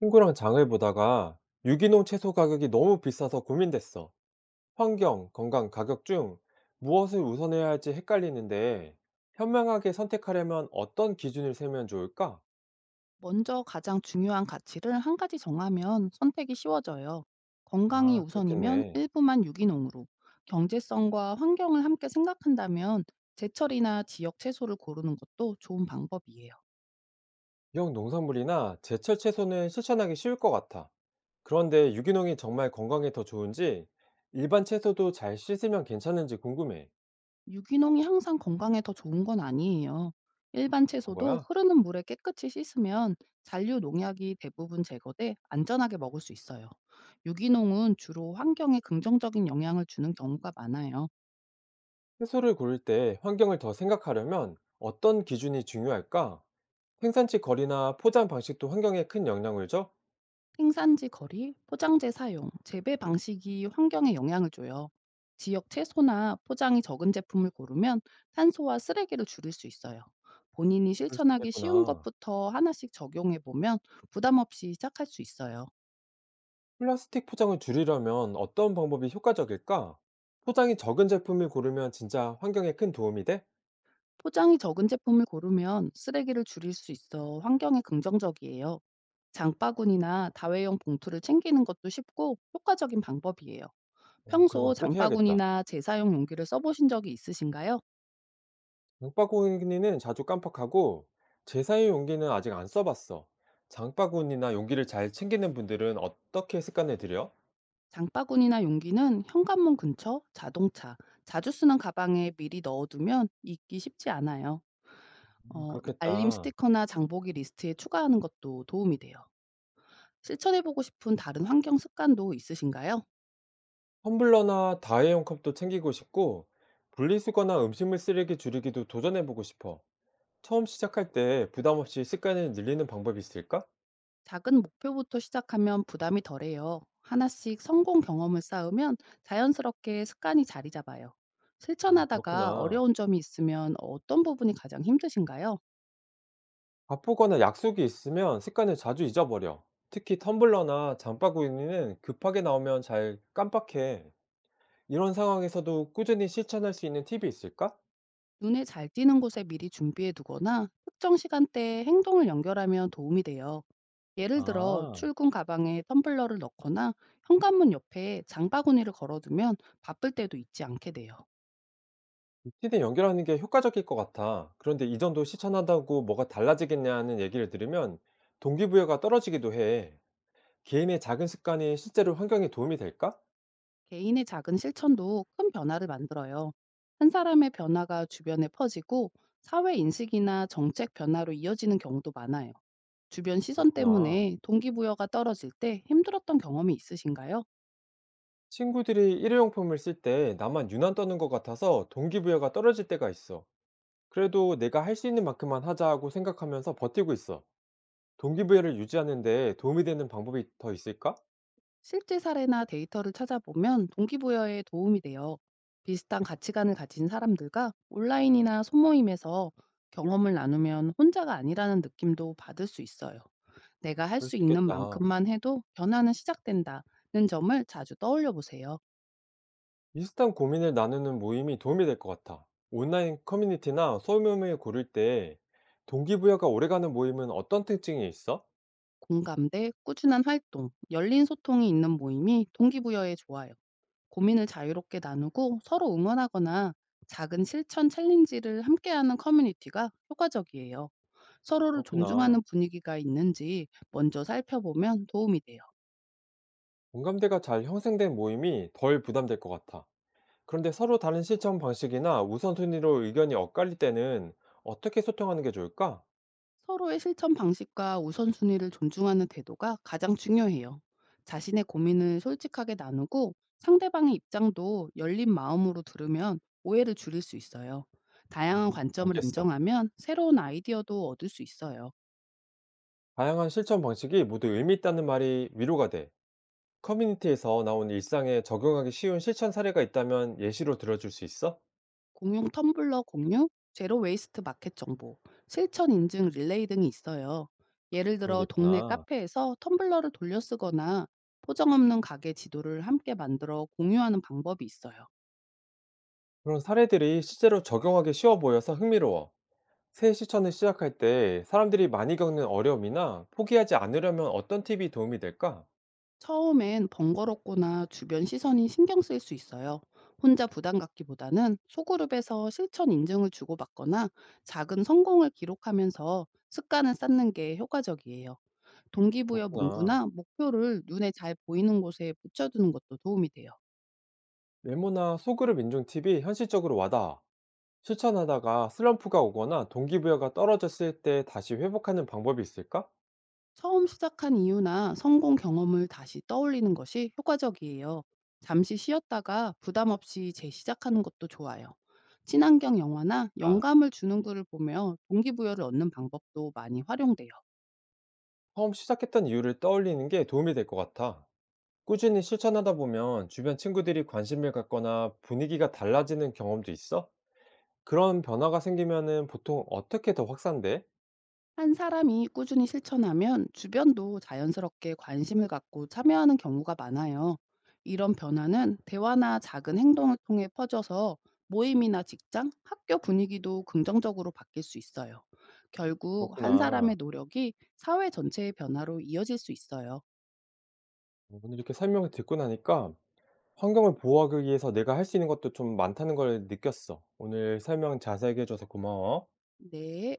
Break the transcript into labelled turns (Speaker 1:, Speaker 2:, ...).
Speaker 1: 친구랑 장을 보다가 유기농 채소 가격이 너무 비싸서 고민됐어. 환경, 건강, 가격 중 무엇을 우선해야 할지 헷갈리는데 현명하게 선택하려면 어떤 기준을 세면 좋을까?
Speaker 2: 먼저 가장 중요한 가치를 한 가지 정하면 선택이 쉬워져요. 건강이
Speaker 1: 아,
Speaker 2: 우선이면
Speaker 1: 그렇겠네.
Speaker 2: 일부만 유기농으로, 경제성과 환경을 함께 생각한다면 제철이나 지역 채소를 고르는 것도 좋은 방법이에요.
Speaker 1: 이형 농산물이나 제철 채소는 실천하기 쉬울 것 같아. 그런데 유기농이 정말 건강에 더 좋은지 일반 채소도 잘 씻으면 괜찮은지 궁금해.
Speaker 2: 유기농이 항상 건강에 더 좋은 건 아니에요. 일반
Speaker 1: 그런
Speaker 2: 채소도
Speaker 1: 거야?
Speaker 2: 흐르는 물에 깨끗이 씻으면 잔류 농약이 대부분 제거돼 안전하게 먹을 수 있어요. 유기농은 주로 환경에 긍정적인 영향을 주는 경우가 많아요.
Speaker 1: 채소를 고를 때 환경을 더 생각하려면 어떤 기준이 중요할까? 생산지 거리나 포장 방식도 환경에 큰 영향을 줘?
Speaker 2: 생산지 거리, 포장재 사용, 재배 방식이 환경에 영향을 줘요. 지역 채소나 포장이 적은 제품을 고르면 탄소와 쓰레기를 줄일 수 있어요. 본인이
Speaker 1: 그럴 수
Speaker 2: 실천하기 쉬운
Speaker 1: 있겠구나.
Speaker 2: 것부터 하나씩 적용해 보면 부담 없이 시작할 수 있어요.
Speaker 1: 플라스틱 포장을 줄이려면 어떤 방법이 효과적일까? 포장이 적은 제품을 고르면 진짜 환경에 큰 도움이 돼?
Speaker 2: 포장이 적은 제품을 고르면 쓰레기를 줄일 수 있어 환경에 긍정적이에요. 장바구니나 다회용 봉투를 챙기는 것도 쉽고 효과적인 방법이에요.
Speaker 1: 어, 그런
Speaker 2: 평소
Speaker 1: 걸 꼭 해야겠다.
Speaker 2: 장바구니나 재사용 용기를 써보신 적이 있으신가요?
Speaker 1: 장바구니는 자주 깜빡하고 재사용 용기는 아직 안 써봤어. 장바구니나 용기를 잘 챙기는 분들은 어떻게 습관을 들여?
Speaker 2: 장바구니나 용기는 현관문 근처, 자동차, 자주 쓰는 가방에 미리 넣어두면 잊기 쉽지 않아요.
Speaker 1: 아,
Speaker 2: 알림
Speaker 1: 그렇겠다.
Speaker 2: 스티커나 장보기 리스트에 추가하는 것도 도움이 돼요. 실천해보고 싶은 다른 환경 습관도 있으신가요?
Speaker 1: 텀블러나 다회용 컵도 챙기고 싶고, 분리수거나 음식물 쓰레기 줄이기도 도전해보고 싶어. 처음 시작할 때 부담 없이 습관을 늘리는 방법이 있을까?
Speaker 2: 작은 목표부터 시작하면 부담이 덜해요. 하나씩 성공 경험을 쌓으면 자연스럽게 습관이 자리 잡아요.
Speaker 1: 어,
Speaker 2: 실천하다가
Speaker 1: 그렇구나.
Speaker 2: 어려운 점이 있으면 어떤 부분이 가장 힘드신가요?
Speaker 1: 바쁘거나 약속이 있으면 습관을 자주 잊어버려. 특히 텀블러나 장바구니는 급하게 나오면 잘 깜빡해. 이런 상황에서도 꾸준히 실천할 수 있는 팁이 있을까?
Speaker 2: 눈에 잘 띄는 곳에 미리 준비해 두거나 특정 시간대에 행동을 연결하면 도움이 돼요. 예를 들어
Speaker 1: 아,
Speaker 2: 출근 가방에 텀블러를 넣거나 현관문 옆에 장바구니를 걸어두면 바쁠 때도 잊지 않게 돼요.
Speaker 1: 루틴에 연결하는 게 효과적일 것 같아. 그런데 이전도 실천한다고 뭐가 달라지겠냐는 얘기를 들으면 동기부여가 떨어지기도 해. 개인의 작은 습관이 실제로 환경에 도움이 될까?
Speaker 2: 개인의 작은 실천도 큰 변화를 만들어요. 한 사람의 변화가 주변에 퍼지고 사회 인식이나 정책 변화로 이어지는 경우도 많아요. 주변 시선
Speaker 1: 그렇구나.
Speaker 2: 때문에 동기부여가 떨어질 때 힘들었던 경험이 있으신가요?
Speaker 1: 친구들이 일회용품을 쓸 때 나만 유난 떠는 것 같아서 동기부여가 떨어질 때가 있어. 그래도 내가 할 수 있는 만큼만 하자 하고 생각하면서 버티고 있어. 동기부여를 유지하는데 도움이 되는 방법이 더 있을까?
Speaker 2: 실제 사례나 데이터를 찾아보면 동기부여에 도움이 돼요. 비슷한 가치관을 가진 사람들과 온라인이나 소모임에서 경험을 나누면 혼자가 아니라는 느낌도 받을 수 있어요. 내가 할
Speaker 1: 그럴
Speaker 2: 수
Speaker 1: 수
Speaker 2: 있는
Speaker 1: 있겠다.
Speaker 2: 만큼만 해도 변화는 시작된다는 점을 자주 떠올려 보세요.
Speaker 1: 비슷한 고민을 나누는 모임이 도움이 될 것 같아. 온라인 커뮤니티나 소모임을 고를 때 동기부여가 오래가는 모임은 어떤 특징이 있어?
Speaker 2: 공감대, 꾸준한 활동, 열린 소통이 있는 모임이 동기부여에 좋아요. 고민을 자유롭게 나누고 서로 응원하거나 작은 실천 챌린지를 함께하는 커뮤니티가 효과적이에요. 서로를 존중하는
Speaker 1: 그렇구나.
Speaker 2: 분위기가 있는지 먼저 살펴보면 도움이 돼요.
Speaker 1: 공감대가 잘 형성된 모임이 덜 부담될 것 같아. 그런데 서로 다른 실천 방식이나 우선순위로 의견이 엇갈릴 때는 어떻게 소통하는 게 좋을까?
Speaker 2: 서로의 실천 방식과 우선순위를 존중하는 태도가 가장 중요해요. 자신의 고민을 솔직하게 나누고 상대방의 입장도 열린 마음으로 들으면 오해를 줄일 수 있어요. 다양한 관점을
Speaker 1: 알겠어.
Speaker 2: 인정하면 새로운 아이디어도 얻을 수 있어요.
Speaker 1: 다양한 실천 방식이 모두 의미 있다는 말이 위로가 돼. 커뮤니티에서 나온 일상에 적용하기 쉬운 실천 사례가 있다면 예시로 들어줄 수 있어?
Speaker 2: 공용 텀블러 공유, 제로 웨이스트 마켓 정보, 실천 인증 릴레이 등이 있어요. 예를
Speaker 1: 그런 게
Speaker 2: 들어 동네
Speaker 1: 있구나.
Speaker 2: 카페에서 텀블러를 돌려쓰거나 포장 없는 가게 지도를 함께 만들어 공유하는 방법이 있어요.
Speaker 1: 그런 사례들이 실제로 적용하기 쉬워 보여서 흥미로워. 새 실천을 시작할 때 사람들이 많이 겪는 어려움이나 포기하지 않으려면 어떤 팁이 도움이 될까?
Speaker 2: 처음엔 번거롭거나 주변 시선이 신경 쓸 수 있어요. 혼자 부담 갖기보다는 소그룹에서 실천 인증을 주고받거나 작은 성공을 기록하면서 습관을 쌓는 게 효과적이에요. 동기부여
Speaker 1: 그렇구나.
Speaker 2: 문구나 목표를 눈에 잘 보이는 곳에 붙여두는 것도 도움이 돼요.
Speaker 1: 메모나 소그룹 인증 팁이 현실적으로 와닿아. 실천하다가 슬럼프가 오거나 동기부여가 떨어졌을 때 다시 회복하는 방법이 있을까?
Speaker 2: 처음 시작한 이유나 성공 경험을 다시 떠올리는 것이 효과적이에요. 잠시 쉬었다가 부담 없이 재시작하는 것도 좋아요. 친환경 영화나
Speaker 1: 아,
Speaker 2: 영감을 주는 글을 보며 동기부여를 얻는 방법도 많이 활용돼요.
Speaker 1: 처음 시작했던 이유를 떠올리는 게 도움이 될 것 같아. 꾸준히 실천하다 보면 주변 친구들이 관심을 갖거나 분위기가 달라지는 경험도 있어? 그런 변화가 생기면은 보통 어떻게 더 확산돼?
Speaker 2: 한 사람이 꾸준히 실천하면 주변도 자연스럽게 관심을 갖고 참여하는 경우가 많아요. 이런 변화는 대화나 작은 행동을 통해 퍼져서 모임이나 직장, 학교 분위기도 긍정적으로 바뀔 수 있어요. 결국 한
Speaker 1: 그렇구나.
Speaker 2: 사람의 노력이 사회 전체의 변화로 이어질 수 있어요.
Speaker 1: 오늘 이렇게 설명을 듣고 나니까 환경을 보호하기 위해서 내가 할 수 있는 것도 좀 많다는 걸 느꼈어. 오늘 설명 자세하게 해줘서 고마워.
Speaker 2: 네.